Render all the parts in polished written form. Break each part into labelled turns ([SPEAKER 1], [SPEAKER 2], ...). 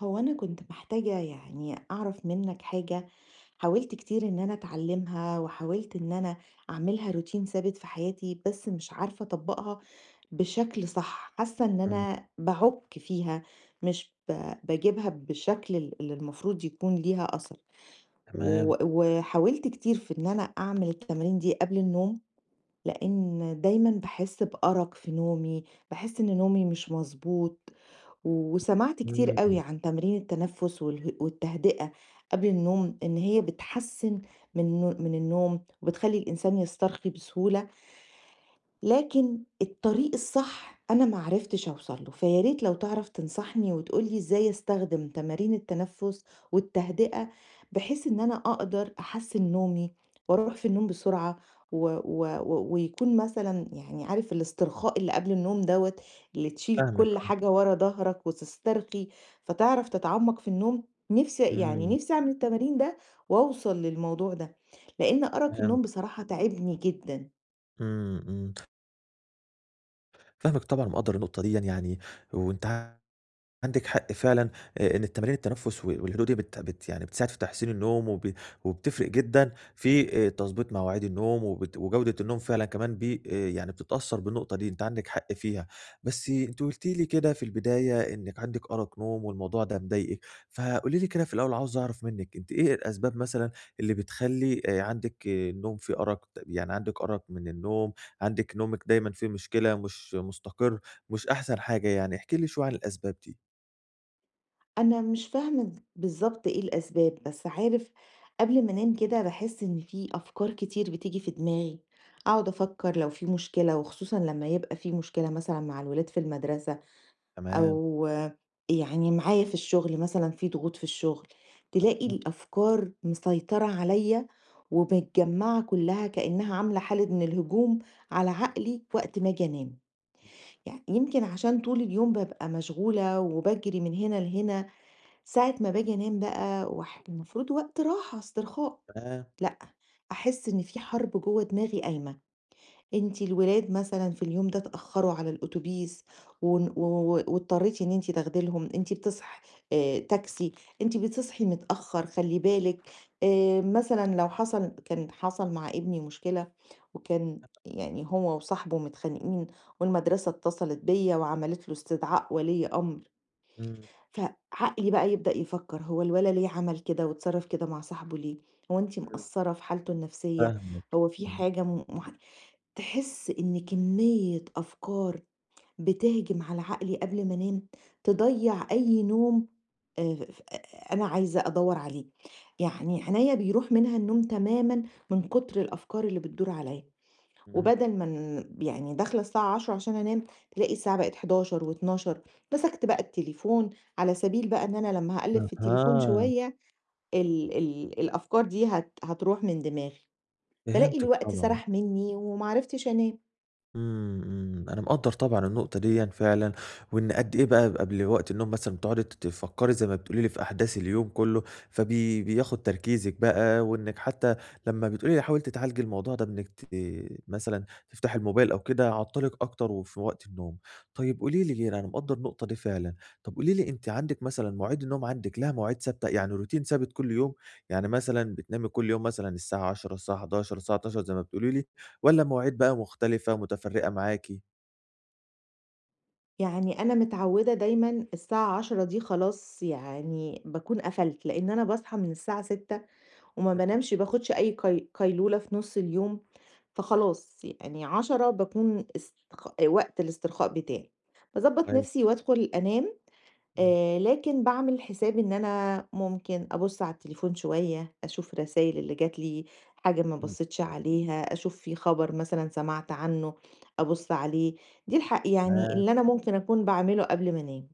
[SPEAKER 1] هو أنا كنت محتاجة يعني أعرف منك حاجة. حاولت كتير إن أنا أتعلمها وحاولت إن أنا أعملها روتين ثابت في حياتي، بس مش عارفة أطبقها بشكل صح. حاسة إن
[SPEAKER 2] إمم،
[SPEAKER 1] أنا بعك فيها، مش ب- بجيبها بالشكل اللي المفروض يكون ليها أثر.
[SPEAKER 2] تمام،
[SPEAKER 1] وحاولت كتير في إن أنا أعمل التمارين دي قبل النوم، لأن دايما بحس بأرق في نومي. بحس إن نومي مش مظبوط، وسمعت كتير قوي
[SPEAKER 2] إمم،
[SPEAKER 1] عن تمرين التنفس والتهدئة قبل النوم، إن هي بتحسن من النوم وبتخلي الإنسان يسترخي بسهولة. لكن الطريق الصح أنا ما عرفتش أوصل له، فيا ريت لو تعرف تنصحني وتقول لي إزاي أستخدم تمارين التنفس والتهدئة، بحيث إن أنا أقدر أحسّن نومي وأروح في النوم بسرعة. و و و ويكون مثلًا يعني عارف الاسترخاء اللي قبل النوم دوّة، اللي تشيل
[SPEAKER 2] فاهمِك
[SPEAKER 1] كل
[SPEAKER 2] آه،
[SPEAKER 1] حاجة ورا ضهرك وتسترخي، فتعرف تتعمق في النوم. نفسي يعني
[SPEAKER 2] إمم،
[SPEAKER 1] نفسي أعمل التمارين ده، وأوصل للموضوع ده، لإن أرق
[SPEAKER 2] فهمت،
[SPEAKER 1] النوم بصراحة تاعبني جدًا.
[SPEAKER 2] إمم، إمم، فاهمِك طبعًا ومقدّر النقطة ديًا يعني وأنتِ عندِك حق فعلًا، إن التمارين التنفس و والهدوء دي بت بت يعني بتساعد في تحسين النوم وبتفرق جدًا في تضبيط مواعيد النوم وجودة النوم فعلًا كمان بي يعني بتتأثر بالنقطة دي، أنتِ عندِك حق فيها. بس أنتِ قلتِ لي كده في البداية إنِك عندِك أرق نوم والموضوع ده مضايقِك، فقولي لي كده في الأول عاوز أعرف منِك أنتِ إيه الأسباب مثلًا اللي بتخلّي عندِك النوم فيه أرق، يعني عندِك أرق من النوم، عندِك نومِك دايمًا فيه مشكلة، مش مستقر، مش أحسن حاجة يعني، احكي لي شوية عن الأسباب دي.
[SPEAKER 1] أنا مش فاهمة بالضبط إيه الأسباب، بس عارف، قبل ما أنام كده باحس إن في أفكار كتير بتيجي في دماغي. أقعد أفكر لو في مشكلة، وخصوصًا لما يبقى في مشكلة مثلًا مع الولاد في المدرسة،
[SPEAKER 2] تمام،
[SPEAKER 1] أو يعني معايا في الشغل مثلًا في ضغوط في الشغل، تلاقي
[SPEAKER 2] آه،
[SPEAKER 1] الأفكار مسيطرة عليَّ ومتجمعة كلها كأنها عاملة حالة من الهجوم على عقلي وقت ما آجي أنام. يعني يمكن عشان طول اليوم بابقى مشغولة وباجري من هنا لهنا، ساعة ما باجي أنام بقى وح المفروض وقت راحة استرخاء،
[SPEAKER 2] تمام،
[SPEAKER 1] لأ، أحس إن في حرب جوّه دماغي قايمة. أنتِ الولاد مثلًا في اليوم ده اتأخروا على الأوتوبيس، ون و و واضطريتِ إن أنتِ تاخدي لهم، أنتِ بتصحي، تاكسي. أنتِ بتصحي متأخر، خلّي بالِك، مثلًا لو حصل، كان حصل مع ابني مشكلة، وكان يعني هو وصاحبه متخانقين، والمدرسة اتصلت بيّا وعملت له استدعاء ولي أمر.
[SPEAKER 2] إمم،
[SPEAKER 1] فعقلي بقى يبدأ يفكر، هو الولد ليه عمل كده واتصرف كده مع صاحبه ليه؟ هو أنتِ
[SPEAKER 2] إمم،
[SPEAKER 1] مقصرة في حالته النفسية؟
[SPEAKER 2] فاهمِك،
[SPEAKER 1] هو في
[SPEAKER 2] إمم،
[SPEAKER 1] حاجة م مح تحس إن كمية أفكار بتهجم على عقلي قبل ما أنام، تضيّع أي نوم. ف آه، أنا عايزة أدوّر عليه، يعني عينيّا بيروح منها النوم تمامًا من كتر الأفكار اللي بتدور عليّا.
[SPEAKER 2] إمم،
[SPEAKER 1] وبدل ما يعني داخلة الساعة 22:00 عشان أنام، تلاقي الساعة بقت 11:00 و12:00. مسكت بقى التليفون على سبيل بقى إن أنا لمّا هاقلِّب في التليفون
[SPEAKER 2] أها،
[SPEAKER 1] شوية ال ال الأفكار دي هتروح من دماغي، فالاقي
[SPEAKER 2] فهمتِك
[SPEAKER 1] الوقت
[SPEAKER 2] طبعًا.
[SPEAKER 1] سَرَح منّي وما عرفتش أنام.
[SPEAKER 2] إمم، إمم، أنا مقدّر طبعًا النقطة ديًا فعلًا، وإن قد إيه بقى قبل وقت النوم مثلًا بتقعدي تفكّري زي ما بتقولي لي في أحداث اليوم كلّه، بياخد تركيزِك بقى، وإنِّك حتى لمّا بتقولي لي حاولتِ تعالجي الموضوع ده بإنِّك مثلًا تفتحي الموبايل أو كده عطّلِك أكتر وفي وقت النوم. طيب قولي لي أنا مقدّر النقطة دي فعلًا، طب قولي لي أنتِ عندِك مثلًا مواعيد النوم عندِك لها مواعيد ثابتة، يعني روتين ثابت كل يوم؟ يعني مثلًا بتنامي كل يوم مثلًا الساعة 22:00، الساعة 23:00، الساعة 00:00 زي ما بتقولي لي والّا مواعيد بقى مختلفة متفرقة معاكِ؟
[SPEAKER 1] يعني أنا متعوّدة دايمًا الساعة 22:00 دي خلاص يعني باكون قفلت، لإن أنا باصحى من الساعة 6:00 وما بانامش باخدش أي قيلولة في نُص اليوم، فخلاص يعني 10 باكون وقت الاسترخاء بتاعي. باضبّط
[SPEAKER 2] كويس،
[SPEAKER 1] نفسي وأدخل أنام.
[SPEAKER 2] إمم،
[SPEAKER 1] لكن باعمل حساب إن أنا ممكن أبُص على التليفون شوية، أشوف الرسايل اللي جات لي، حاجة ما
[SPEAKER 2] إمم،
[SPEAKER 1] بصيتش عليها، أشوف في خبر مثلًا سمعت عنه أبُص عليه. دي يعني
[SPEAKER 2] تمام.
[SPEAKER 1] اللي أنا ممكن أكون باعمله قبل ما أنام.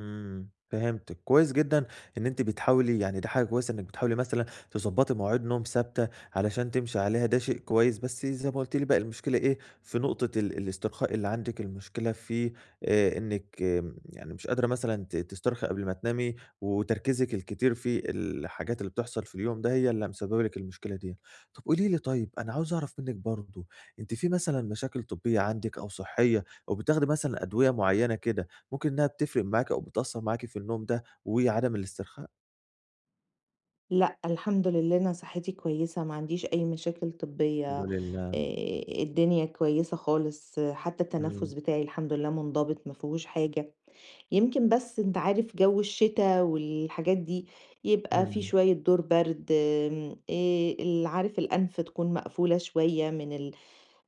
[SPEAKER 2] إمم، فهمتِك، كويس جدًا إن أنتِ بتحاولي يعني ده حاجة كويسة إنِّك بتحاولي مثلًا تضبّطي مواعيد نوم ثابتة علشان تمشي عليها، ده شيء كويس، بس زي ما قُلتِ لي بقى المشكلة إيه، في نقطة الاسترخاء اللي عندِك، المشكلة في إنِّك يعني مش قادرة مثلًا تسترخي قبل ما تنامي، وتركيزِك الكتير في الحاجات اللي بتحصل في اليوم ده هي اللي مسببة لِك المشكلة ديّة. طَب قولي لي طيب، أنا عاوز أعرف منِّك برضه، أنتِ في مثلًا مشاكل طبية عندِك أو صحية، أو بتاخدي مثلًا أدوية معيّنة كده ممكن إنها بتفرق معاكِ أو بتأثّر معاكِ في النوم ده وعدم الاسترخاء؟
[SPEAKER 1] لأ، الحمد لله أنا صحتي كويسة، ما عنديش أي مشاكل
[SPEAKER 2] الحمد
[SPEAKER 1] طبية.
[SPEAKER 2] لله.
[SPEAKER 1] الدنيا كويسة خالص، آه، حتى
[SPEAKER 2] إمم،
[SPEAKER 1] التنفس بتاعي الحمد لله منضبط ما فيهوش حاجة. يمكن بس أنت عارف جو الشتا والحاجات دي، يبقى في
[SPEAKER 2] إمم،
[SPEAKER 1] شوية دور برد، آمم، ال عارف الأنف تكون مقفولة شوية من ال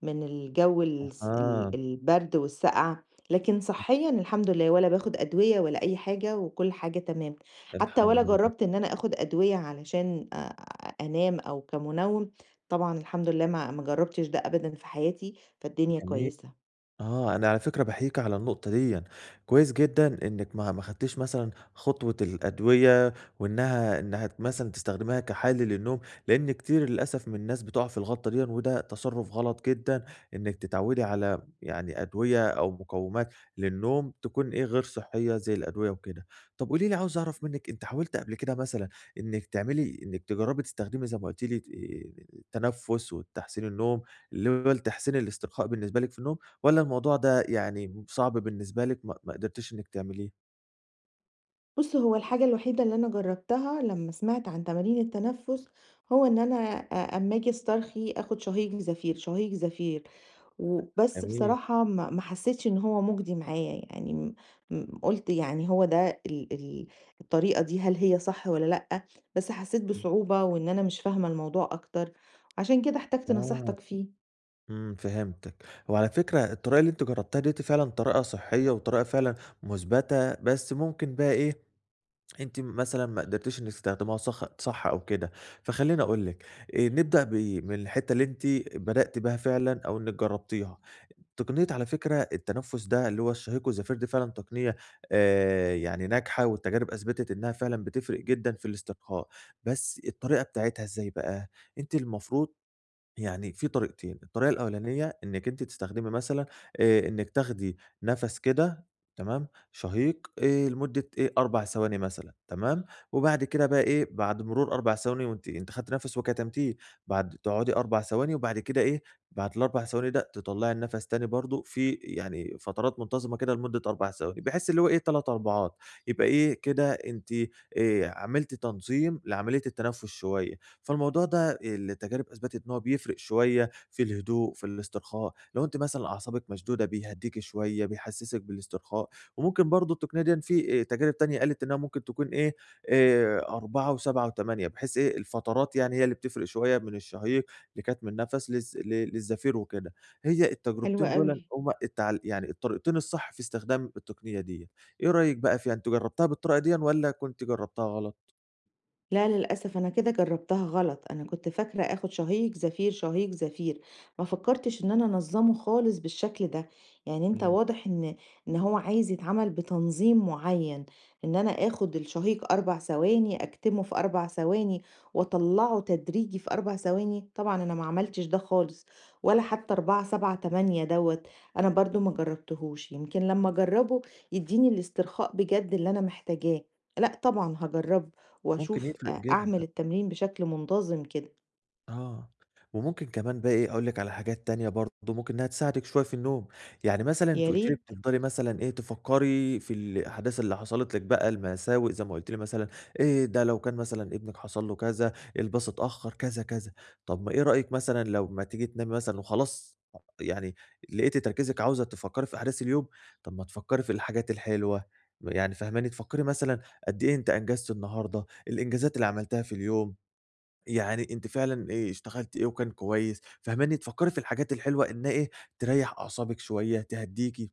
[SPEAKER 1] من الجو الس
[SPEAKER 2] أها،
[SPEAKER 1] ال البرد والسقعة. لكن صحيًا الحمد لله ولا باخد أدوية ولا أي حاجة وكل حاجة تمام. حتى
[SPEAKER 2] الحمد
[SPEAKER 1] ولا
[SPEAKER 2] لله،
[SPEAKER 1] جرّبت إن أنا آخد أدوية علشان أنام أو كمنوِّم. طبعًا الحمد لله ما ما جرّبتش ده أبدًا في حياتي، فالدنيا
[SPEAKER 2] جميل.
[SPEAKER 1] كويسة.
[SPEAKER 2] آه، أنا على فكرة باحييكِ على النقطة ديًا، كويس جدًا إنِّك ما خدتيش مثلًا خطوة الأدوية وإنها مثلًا تستخدميها كحل للنوم، لإن كتير للأسف من الناس بتقع في الغلطة ديًا، وده تصرُّف غلط جدًا إنِّك تتعوّدي على يعني أدوية أو مقوّمات للنوم تكون إيه، غير صحّية زي الأدوية وكده. طَب قولي لي عاوز أعرف منِّك أنتِ حاولتِ قبل كده مثلًا إنِّك تعملي إنِّك تجرّبي تستخدمي زي ما قُلتِ لي التنفُّس وتحسين النوم اللي هو التحسين الاسترخاء بالنسبة لِك في النوم؟ والّا الموضوع ده يعني صعب بالنسبة لِك ما قدرتيش إنِّك تعمليه؟
[SPEAKER 1] بُص، هو الحاجة الوحيدة اللي أنا جرّبتها لمّا سمعت عن تمارين التنفس، هو إن أنا أمّا آجي أسترخي آخد شهيق زفير، شهيق زفير، وبس
[SPEAKER 2] جميل،
[SPEAKER 1] بصراحة ما ما حسيتش إن هو مُجدي معايا، يعني م م قُلت يعني هو ده ال ال الطريقة دي هل هي صح والّا لأ. بس حسيت
[SPEAKER 2] إمم،
[SPEAKER 1] بصعوبة وإن أنا مش فاهمة الموضوع أكتر، عشان كده احتجت
[SPEAKER 2] آه،
[SPEAKER 1] نصيحتك فيه.
[SPEAKER 2] إمم، فهمتِك. وعلى فكرة الطريقة اللي أنتِ جرّبتيها ديّة فعلًا طريقة صحّية وطريقة فعلًا مُثبتة، بس ممكن بقى إيه، أنتِ مثلًا ما قدرتيش إنِّك تستخدميها صح أو كده، فخلّيني أقول لِك نبدأ من الحتّة اللي أنتِ بدأتِ بها فعلًا أو إنِّك جرّبتيها. تقنية على فكرة التنفُّس ده اللي هو الشهيق والزفير دي فعلًا تقنية يعني ناجحة والتجارب أثبتت إنّها فعلًا بتفرق جدًا في الاسترخاء، بس الطريقة بتاعتها إزاي بقى؟ أنتِ المفروض يعني في طريقتين، الطريقة الأولانية إنِّك أنتِ تستخدمي مثلًا إنِّك تاخدي نَفَس كده تمام، شهيق لمدة إيه، 4 ثواني مثلًا تمام، وبعد كده بقى إيه، بعد مرور 4 ثواني وأنتِ خدتِ نَفَس وكتمتيه، بعد تقعدي 4 ثواني وبعد كده إيه، بعد ال4 ثواني ده تطلّعي النَفَس تاني برضه في يعني فترات منتظمة كده لمدة 4 ثواني، بحيث اللي هو إيه، 3 أربعات، يبقى إيه كده أنتِ عملتِ تنظيم لعملية التنفُس شوية. فالموضوع ده التجارب أثبتت إن هو بيفرق شوية في الهدوء، في الاسترخاء، لو أنتِ مثلًا أعصابِك مشدودة بيهدّيكِ شوية، بيحسّسِك بالاسترخاء، وممكن برضه التقنية ديًا في تجارب تانية قالت إنها ممكن تكون إيه، 4 و7 و8 بحيث إيه، الفترات يعني هي اللي بتفرق شوية من الشهيق لكتم النَفَس للزفير وكده. هي
[SPEAKER 1] حلو
[SPEAKER 2] التجربتين
[SPEAKER 1] أوي.
[SPEAKER 2] دولًا هُم يعني الطريقتين الصح في استخدام التقنية ديّة. إيه رأيِك بقى فيها، أنتِ جرّبتها بالطريقة ديًا والّا كنتِ جرّبتها غلط؟
[SPEAKER 1] لا للأسف أنا كده جربتها غلط، أنا كنت فاكرة آخد شهيق زفير شهيق زفير، ما فكرتش إن أنا أنظمه خالص بالشكل ده. يعني أنت
[SPEAKER 2] إمم،
[SPEAKER 1] واضح إن هو عايز يتعمل بتنظيم معين، إن أنا آخد الشهيق 4 ثواني، أكتمه في 4 ثواني، وأطلعه تدريجي في 4 ثواني. طبعا أنا ما عملتش ده خالص، ولا حتى 4 7 8 دوت، أنا برضو ما جربتهوش. يمكن لما أجربه يديني الاسترخاء بجد اللي أنا محتاجاه. لا طبعا هجربه
[SPEAKER 2] ممكن
[SPEAKER 1] وأشوف،
[SPEAKER 2] يفرق
[SPEAKER 1] أعمل
[SPEAKER 2] جدًا.
[SPEAKER 1] التمرين بشكل منتظم كده.
[SPEAKER 2] آه، وممكن كمان بقى إيه، أقول لِك على حاجات تانية برضه ممكن إنها تساعدِك شوية في النوم، يعني مثلًا أنتِ
[SPEAKER 1] يا
[SPEAKER 2] قُلتِ لي
[SPEAKER 1] ريت،
[SPEAKER 2] بتفضلي مثلًا إيه، تفكّري في الأحداث اللي حصلت لِك بقى، المساوئ زي ما قُلتِ لي مثلًا إيه ده لو كان مثلًا ابنِك حصل له كذا، الباص اتأخّر كذا، كذا، طب ما إيه رأيِك مثلًا لو ما تيجي تنامي مثلًا وخلاص يعني لقيتِ تركيزِك عاوزة تفكّري في أحداث اليوم، طب ما تفكّري في الحاجات الحلوة، يعني فاهماني، تفكّري مثلًا قد إيه أنتِ أنجزتِ النهارده، الإنجازات اللي عملتيها في اليوم، يعني أنتِ فعلًا اشتغلتِ إيه وكان كويس، فاهماني؟ تفكّري في الحاجات الحلوة إنها إيه، تريّح أعصابِك شوية، تهدّيكِ.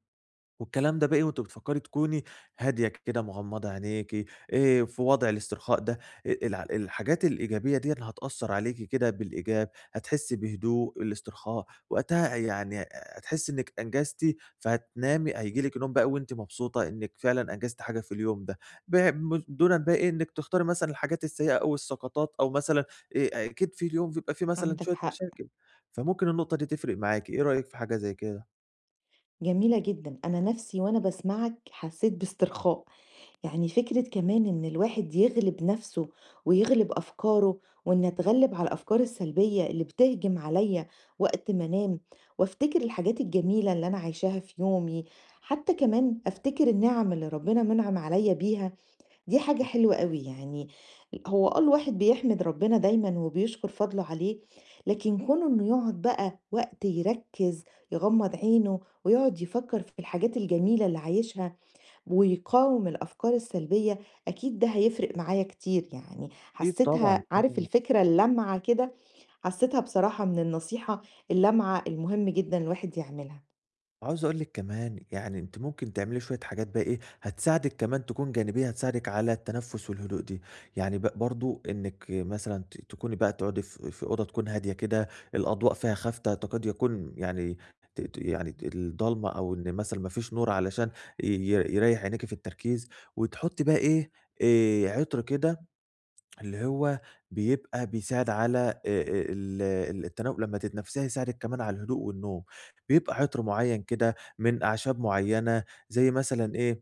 [SPEAKER 2] والكلام ده باقي وأنتِ بتفكّري تكوني هادية كده، مغمّضة عينيكِ، في وضع الاسترخاء ده، الع الحاجات الإيجابية ديًّا هتأثّر عليكِ كده بالإيجاب، هتحسّي بهدوء، الاسترخاء، وقتها يعني هتحسّي إنِّك أنجزتِ، فهتنامي هييجي لِك نوم بقى وأنتِ مبسوطة إنِّك فعلًا أنجزتِ حاجة في اليوم ده، ب م دونًا بقى إيه، إنِّك تختاري مثلًا الحاجات السيئة أو السقطات أو مثلًا أكيد في اليوم بيبقى في مثلًا
[SPEAKER 1] عندك
[SPEAKER 2] شوية
[SPEAKER 1] حق،
[SPEAKER 2] مشاكل، فممكن النقطة دي تفرق معاكِ، إيه رأيِك في حاجة زي كده؟
[SPEAKER 1] جميلة جدًا. أنا نَفْسي وأنا باسمعك حسيت باسترخاء. يعني فكرة كمان إن الواحد يغلب نَفْسه ويغلب أفكاره، وإني أتغلب على الأفكار السلبية اللي بتهجم عليّا وقت ما أنام، وأفتكر الحاجات الجميلة اللي أنا عايشاها في يومي، حتى كمان أفتكر النِعَم اللي ربنا مِنعِم عليّا بيها. دي حاجة
[SPEAKER 2] إمم.
[SPEAKER 1] حلوة أوي يعني. هو آه الواحد بيحمد ربنا دايمًا وبيشكر فضله عليه، لكن كونه إنه يقعد بقى وقت يركّز، يغمض عينه ويقعد يفكر في الحاجات الجميلة اللي عايشها ويقاوم الأفكار السلبية، أكيد ده هيفرق معايا كتير. يعني
[SPEAKER 2] أكيد طبعًا،
[SPEAKER 1] حسيتها عارف
[SPEAKER 2] آه.
[SPEAKER 1] الفكرة اللامعة كده، حسيتها بصراحة من النصيحة اللامعة المهم جدًا الواحد يعملها.
[SPEAKER 2] عاوز أقول لِك كمان يعني أنتِ ممكن تعملي شوية حاجات بقى إيه، هتساعدِك كمان تكون جانبية، هتساعدِك على التنفس والهدوء دي، يعني برضه إنِّك مثلًا تكوني بقى تقعدي في أوضة تكون هادية كده، الأضواء فيها خافتة تكاد يكون يعني ت ت يعني ت الضلمة أو إن مثلًا ما فيش نور علشان ي ي يريح عينيكِ في التركيز، وتحطي بقى إيه، عطر كده اللي هو بيبقى بيساعد على ال ال التناول لمّا تتنفسيها يساعدِك كمان على الهدوء والنوم، بيبقى عطر معيّن كده من أعشاب معيّنة زي مثلًا إيه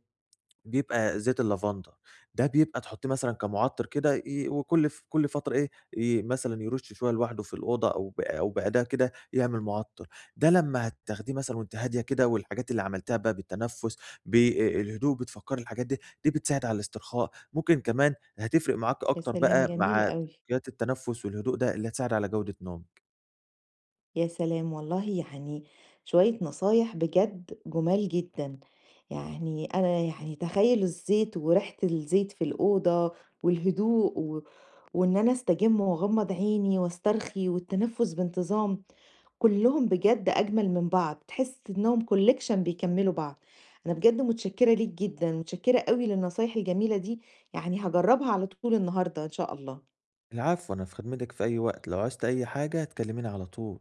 [SPEAKER 2] بيبقى زيت اللافندر، ده بيبقى تحطيه مثلًا كمُعطِّر كده ي وكل ف كل فترة إيه، مثلًا يرُش شوية لوحده في الأوضة أو بأداة كده يعمل مُعطِّر، ده لمّا هتاخديه مثلًا وأنتِ هادية كده والحاجات اللي عملتيها بقى بالتنفُّس، بالهدوء، بتفكّري الحاجات دي، دي بتساعد على الاسترخاء، ممكن كمان هتفرق معاكِ
[SPEAKER 1] يا
[SPEAKER 2] أكتر
[SPEAKER 1] سلام!
[SPEAKER 2] بقى
[SPEAKER 1] جميل
[SPEAKER 2] مع
[SPEAKER 1] أوي.
[SPEAKER 2] تكنيكات التنفُّس والهدوء ده اللي هتساعد على جودة نومِك.
[SPEAKER 1] يا سلام والله، يعني شوية نصايح بجد جمال جدًا. يعني أنا يعني تخيّل الزيت وريحة الزيت في الأوضة والهدوء، و وإن أنا أستجم وأغمض عيني وأسترخي والتنفس بانتظام، كلّهم بجد أجمل من بعض، تحس إنهم collection بيكمّلوا بعض. أنا بجد متشكرة ليك جدًا، متشكرة أوي للنصايح الجميلة دي، يعني هاجرّبها على طول النهارده إن شاء الله.
[SPEAKER 2] العفو، أنا في خدمتِك في أي وقت، لو عوزتِ أي حاجة كلّميني على طول.